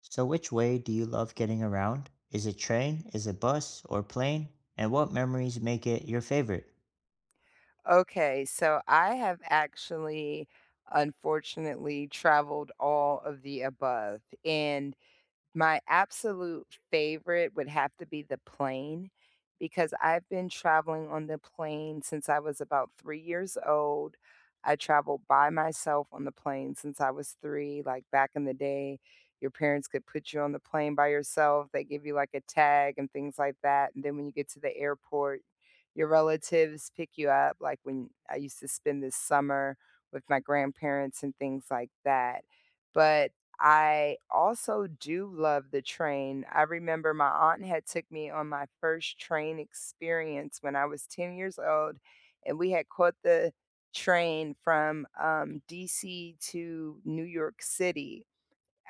So which way do you love getting around? Is it train, is it bus, or plane? And what memories make it your favorite? Okay, so I have actually, unfortunately, traveled all of the above. And my absolute favorite would have to be the plane because I've been traveling on the plane since I was about 3 years old. I traveled by myself on the plane since I was 3, like, back in the day, your parents could put you on the plane by yourself. They give you, like, a tag and things like that, and then when you get to the airport, your relatives pick you up, like, when I used to spend the summer with my grandparents and things like that. But I also do love the train. I remember my aunt had took me on my first train experience when I was 10 years old, and we had caught the train from DC to New York City.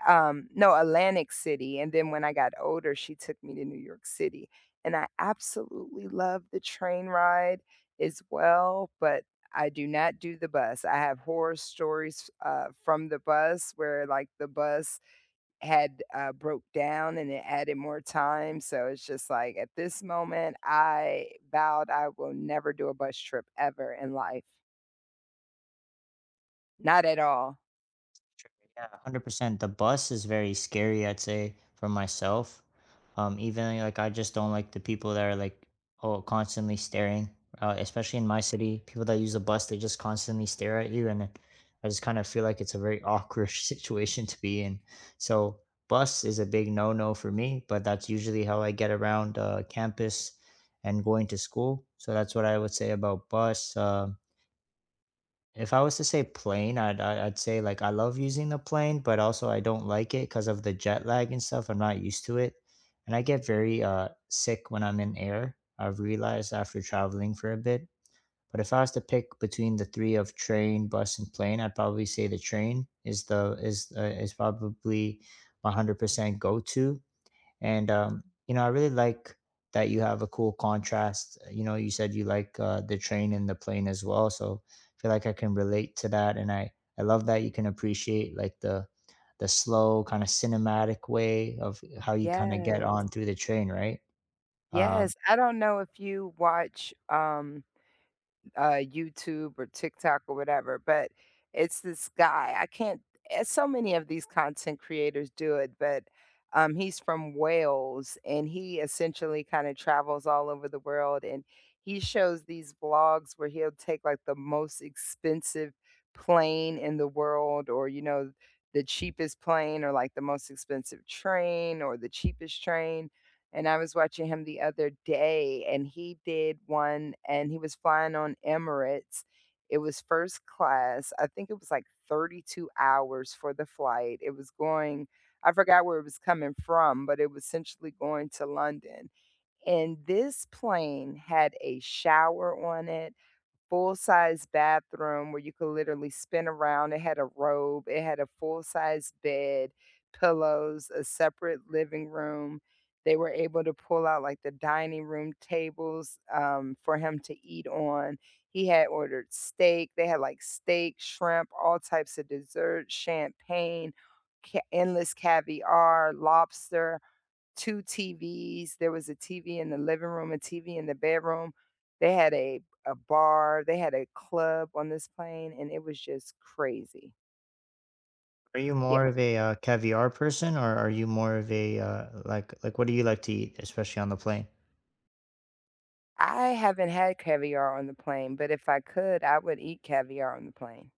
No, Atlantic City. And then when I got older, she took me to New York City. And I absolutely love the train ride as well. But I do not do the bus. I have horror stories from the bus where, like, the bus had, broke down and it added more time, so it's just like, at this moment, I vowed I will never do a bus trip ever in life. Not at all. Yeah, 100%. The bus is very scary, I'd say, for myself. Even I just don't like the people that are like oh constantly staring. Especially in my city, people that use the bus, they just constantly stare at you, I just kind of feel like it's a very awkward situation to be in. So bus is a big no-no for me, but that's usually how I get around campus and going to school. So that's what I would say about bus. If I was to say plane, I'd say, like, I love using the plane, but also I don't like it because of the jet lag and stuff. I'm not used to it, and I get very, sick when I'm in air. I've realized after traveling for a bit, but if I was to pick between the 3 of train, bus, and plane, I'd probably say the train is probably my 100% go-to. And you know, I really like that you have a cool contrast. You know, you said you like the train and the plane as well, so I feel like I can relate to that, and I love that you can appreciate like the slow kind of cinematic way of how you kind of get Yes, on through the train, right? um, yes, I don't know if you watch, YouTube or TikTok or whatever, but it's this guy. I can't. So many of these content creators do it, but he's from Wales and he essentially kind of travels all over the world, and he shows these vlogs where he'll take like the most expensive plane in the world, or you know, the cheapest plane, or like the most expensive train or the cheapest train. And I was watching him the other day, and he did one, and he was flying on Emirates. It was first class. I think it was like 32 hours for the flight. It was going, I forgot where it was coming from, but it was essentially going to London. And this plane had a shower on it, full-size bathroom where you could literally spin around. It had a robe, it had a full-size bed, pillows, a separate living room. They were able to pull out, like, the dining room tables, for him to eat on. He had ordered steak. They had, like, steak, shrimp, all types of desserts, champagne, ca endless caviar, lobster. 2 TVs, there was a TV in the living room, a TV in the bedroom. They had a bar, they had a club on this plane, and it was just crazy. are you Yeah. more of a caviar person, or are you more of a uh, what do you like to eat, especially on the plane? I haven't had caviar on the plane, but if I could, I would eat caviar on the plane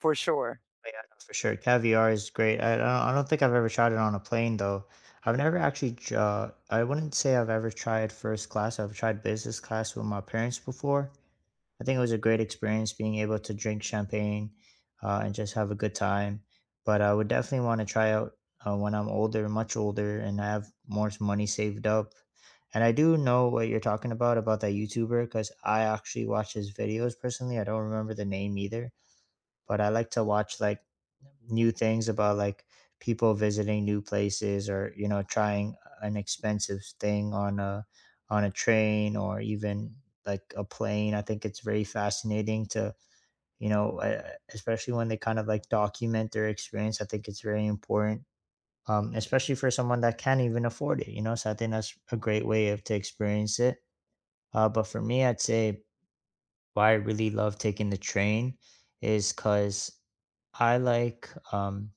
for sure. Oh, yeah, no, for sure. Caviar is great. I don't think I've ever tried it on a plane though. I've never actually I wouldn't say I've ever tried first class. I've tried business class with my parents before. I think it was a great experience being able to drink champagne, and just have a good time. But I would definitely want to try out when I'm older, much older, and I have more money saved up. And I do know what you're talking about that YouTuber, because I actually watch his videos personally. I don't remember the name either, but I like to watch like new things about like people visiting new places, or you know, trying an expensive thing on a train, or even like a plane. I think it's very fascinating to, you know, especially when they kind of like document their experience. I think it's very important. Especially for someone that can't even afford it, you know. So I think that's a great way of to experience it. But for me, I'd say why I really love taking the train is because I like um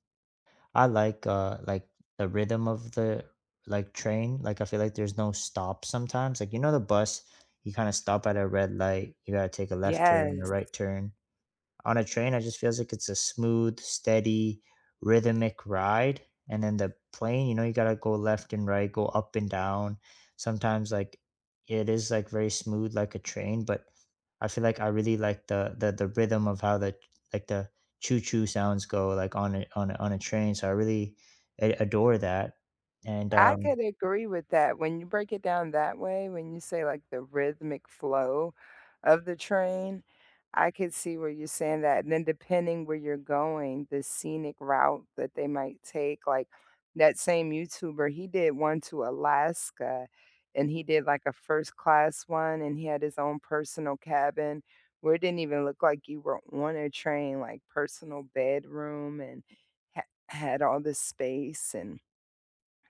I like the rhythm of the like train. Like I feel like there's no stop sometimes. Like you know the bus, you kind of stop at a red light, you gotta take a left turn, a Yes. right turn. On a train, it just feels like it's a smooth, steady, rhythmic ride. And then the plane, you know, you gotta go left and right, go up and down. Sometimes like it is like very smooth like a train, but I feel like I really like the rhythm of how the like the choo choo sounds go like on a train. So I really adore that. And I could agree with that. When you break it down that way, when you say like the rhythmic flow of the train, I could see where you're saying that. And then depending where you're going, the scenic route that they might take, like that same YouTuber, he did one to Alaska, and he did like a first class one and he had his own personal cabin where it didn't even look like you were on a train, like personal bedroom and ha- had all this space, and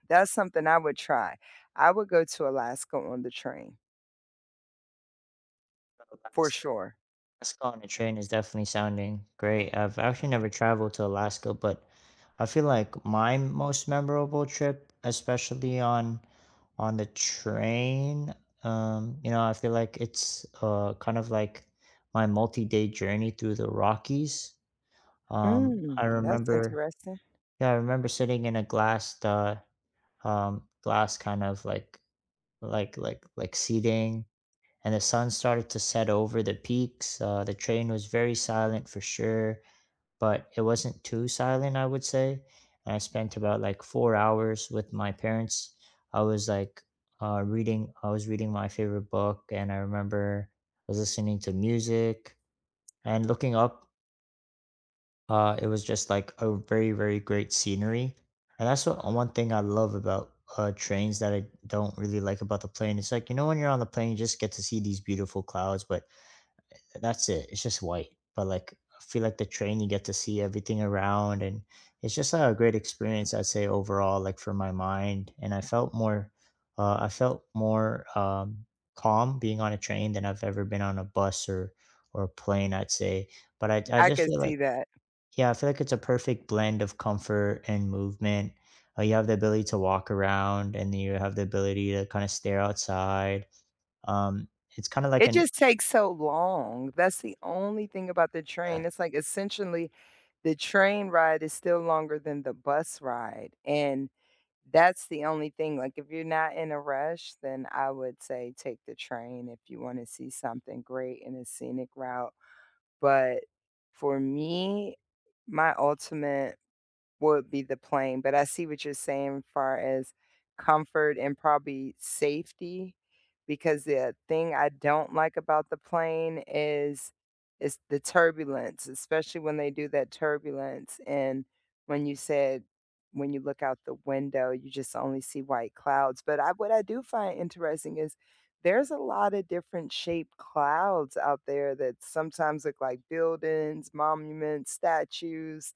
that's something I would try. I would go to Alaska on the train for sure. Alaska on a train is definitely sounding great. I've actually never traveled to Alaska, but I feel like my most memorable trip, especially on the train, you know, I feel like it's kind of like my multi-day journey through the Rockies. I Mm, that's remember, interesting. yeah, I remember sitting in a glass, glass kind of like seating, and the sun started to set over the peaks. The train was very silent for sure, but it wasn't too silent, I would say. And I spent about like 4 hours with my parents. I was like I was reading my favorite book, and I remember I was listening to music and looking up. It was just like a very, very great scenery. And that's what one thing I love about trains that I don't really like about the plane. It's like, you know, when you're on the plane, you just get to see these beautiful clouds, but that's it. It's just white. But like I feel like the train, you get to see everything around, and it's just a great experience, I'd say, overall, like for my mind. And I felt more calm being on a train than I've ever been on a bus or a plane, I'd say. But I I just could feel see like that. yeah, I feel like it's a perfect blend of comfort and movement. You have the ability to walk around, and you have the ability to kind of stare outside. Um, it's kind of like It an just takes so long. That's the only thing about the yeah. train. It's like essentially the train ride is still longer than the bus ride. And that's the only thing. Like, if you're not in a rush, then I would say take the train if you want to see something great in a scenic route. But for me, my ultimate would be the plane, but I see what you're saying far as comfort and probably safety, because the thing I don't like about the plane is the turbulence, especially when they do that turbulence. And when you said when you look out the window, you just only see white clouds. But I, what I do find interesting is there's a lot of different shaped clouds out there that sometimes look like buildings, monuments, statues,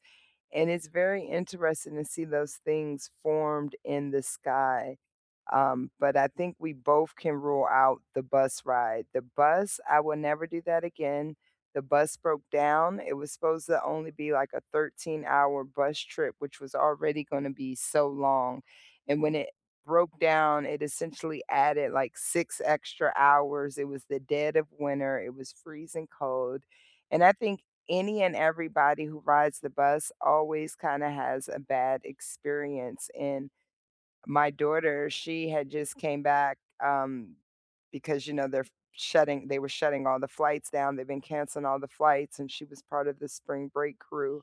and it's very interesting to see those things formed in the sky. But I think we both can rule out the bus ride. The bus, I will never do that again. The bus broke down. It was supposed to only be like a 13-hour bus trip, which was already gonna be so long, and when it broke down, it essentially added, like, 6 extra hours. It was the dead of winter, it was freezing cold, and I think any and everybody who rides the bus always kinda has a bad experience. And my daughter, she had just came back, because, you know, they're shutting they were shutting all the flights down, they've been canceling all the flights, and she was part of the spring break crew,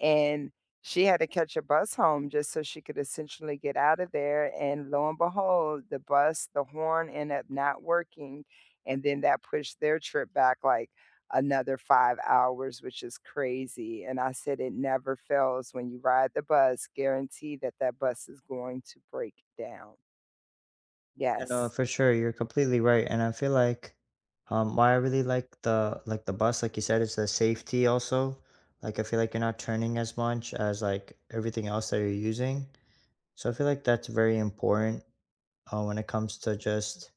and she had to catch a bus home just so she could essentially get out of there, and lo and behold, the bus, the horn ended up not working, and then that pushed their trip back, like, another 5 hours, which is crazy. And I said, "It never fails when you ride the bus, guarantee that that bus is going to break down." Yeah, no, Yes. for sure. You're completely right. And I feel like why I really like the bus, like you said, is the safety also. Like I feel like you're not turning as much as like everything else that you're using. So I feel like that's very important, when it comes to just,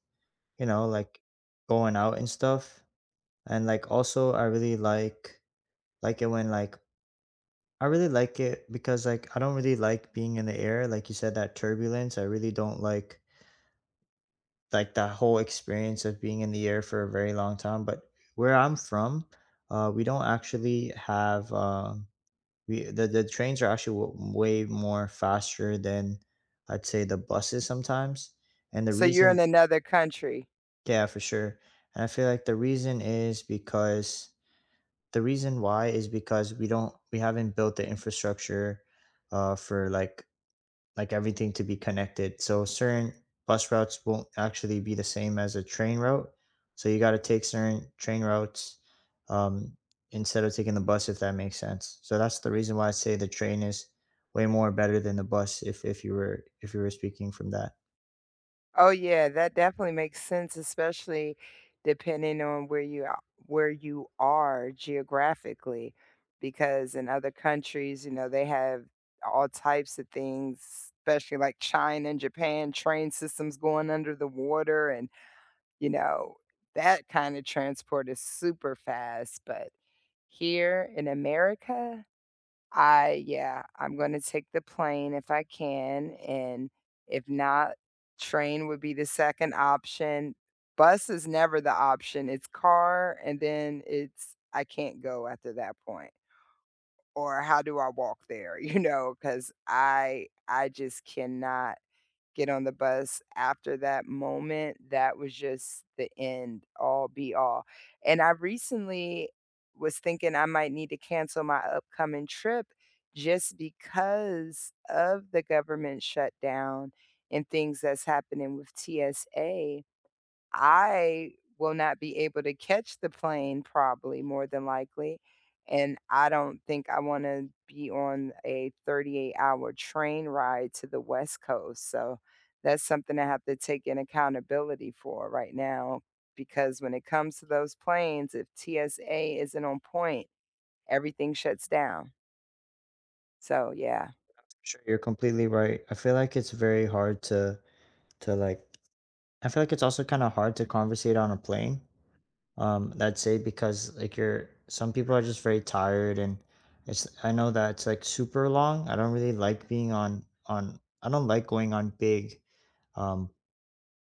you know, like going out and stuff. And like also I really like it when like I really like it because like I don't really like being in the air. Like you said, that turbulence. I really don't like that whole experience of being in the air for a very long time. But where I'm from, we don't actually have we the trains are actually way more faster than I'd say the buses sometimes. And the So you're reason, in another country. yeah, for sure. And I feel like the reason is because the reason why is because we haven't built the infrastructure, for like everything to be connected. So certain bus routes won't actually be the same as a train route. So you got to take certain train routes, um, instead of taking the bus, if that makes sense. So that's the reason why I say the train is way more better than the bus. If you were speaking from that, Oh yeah, that definitely makes sense, especially depending on where you are geographically, because in other countries, you know, they have all types of things, especially like China and Japan, train systems going under the water, and you know, that kind of transport is super fast. But here in America, I yeah, I'm gonna take the plane if I can, and if not, train would be the second option. Bus is never the option. It's car, and then it's I can't go after that point. Or how do I walk there, you know, because I just cannot get on the bus after that moment. That was just the end all be all. And I recently was thinking I might need to cancel my upcoming trip just because of the government shutdown and things that's happening with TSA. I will not be able to catch the plane probably more than likely, and I don't think I wanna be on a 38-hour train ride to the West Coast, so that's something I have to take in accountability for right now, because when it comes to those planes, if TSA isn't on point, everything shuts down. So, yeah. sure, you're completely right. I feel like it's very hard to like. I feel like it's also kind of hard to conversate on a plane. That's it, because like you're some people are just very tired, and it's I know that it's like super long. I don't really like being on I don't like going on big um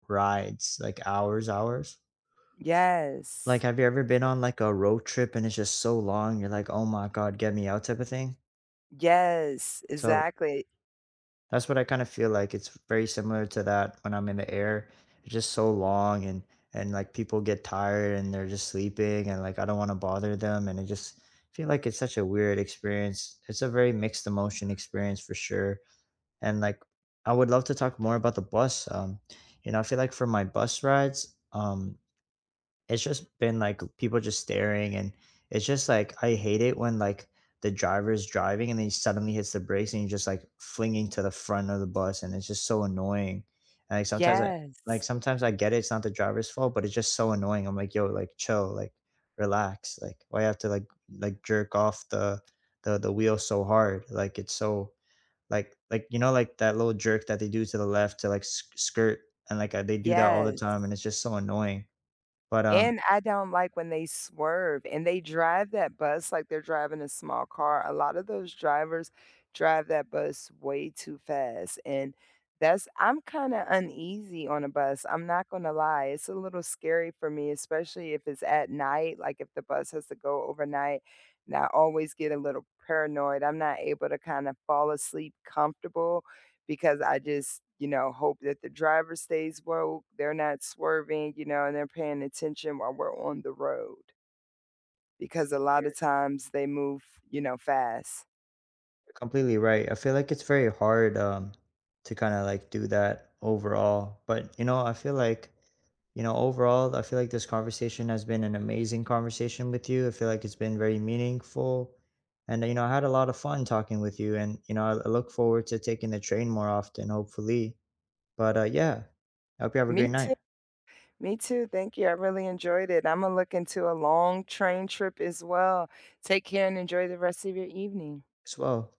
rides like hours. Like Yes. have you ever been on like a road trip and it's just so long, you're like, "Oh my God, get me out" type of thing? Yes, So exactly. that's what I kinda feel like. It's very similar to that when I'm in the air. It's just so long, and, like, people get tired and they're just sleeping, and, like, I don't wanna bother them, and I just feel like it's such a weird experience. It's a very mixed emotion experience for sure, and, like, I would love to talk more about the bus, you know. I feel like for my bus rides, it's just been, like, people just staring, and it's just, like, I hate it when, like, the driver's driving and then he suddenly hits the brakes, and you're just, like, flinging to the front of the bus, and it's just so annoying. And, like, sometimes I Like, Yes. sometimes I get it, it's not the driver's fault, but it's just so annoying. I'm like, "Yo, like, chill, like, relax, like, why you have to, jerk off the wheel so hard?" Like, it's so like, you know, like, that little jerk that they do to the left to, like, sk skirt, and, like, they do that all the Yes. time, and it's just so annoying. But, um, And I don't like when they swerve and they drive that bus like they're driving a small car. A lot of those drivers drive that bus way too fast. And that's, I'm kind of uneasy on a bus. I'm not going to lie. It's a little scary for me, especially if it's at night, like if the bus has to go overnight. And I always get a little paranoid. I'm not able to kind of fall asleep comfortable because I just, you know, hope that the driver stays woke, they're not swerving, you know, and they're paying attention while we're on the road, because a lot of times they move, you know, fast. Completely right. I feel like it's very hard to kind of like do that overall. But you know, I feel like you know, overall, I feel like this conversation has been an amazing conversation with you. I feel like it's been very meaningful. And you know, I had a lot of fun talking with you, and you know, I look forward to taking the train more often, hopefully. But yeah, I hope you have a Me great night too. Me too. Thank you. I really enjoyed it. I'm going to look into a long train trip as well. Take care and enjoy the rest of your evening. as well.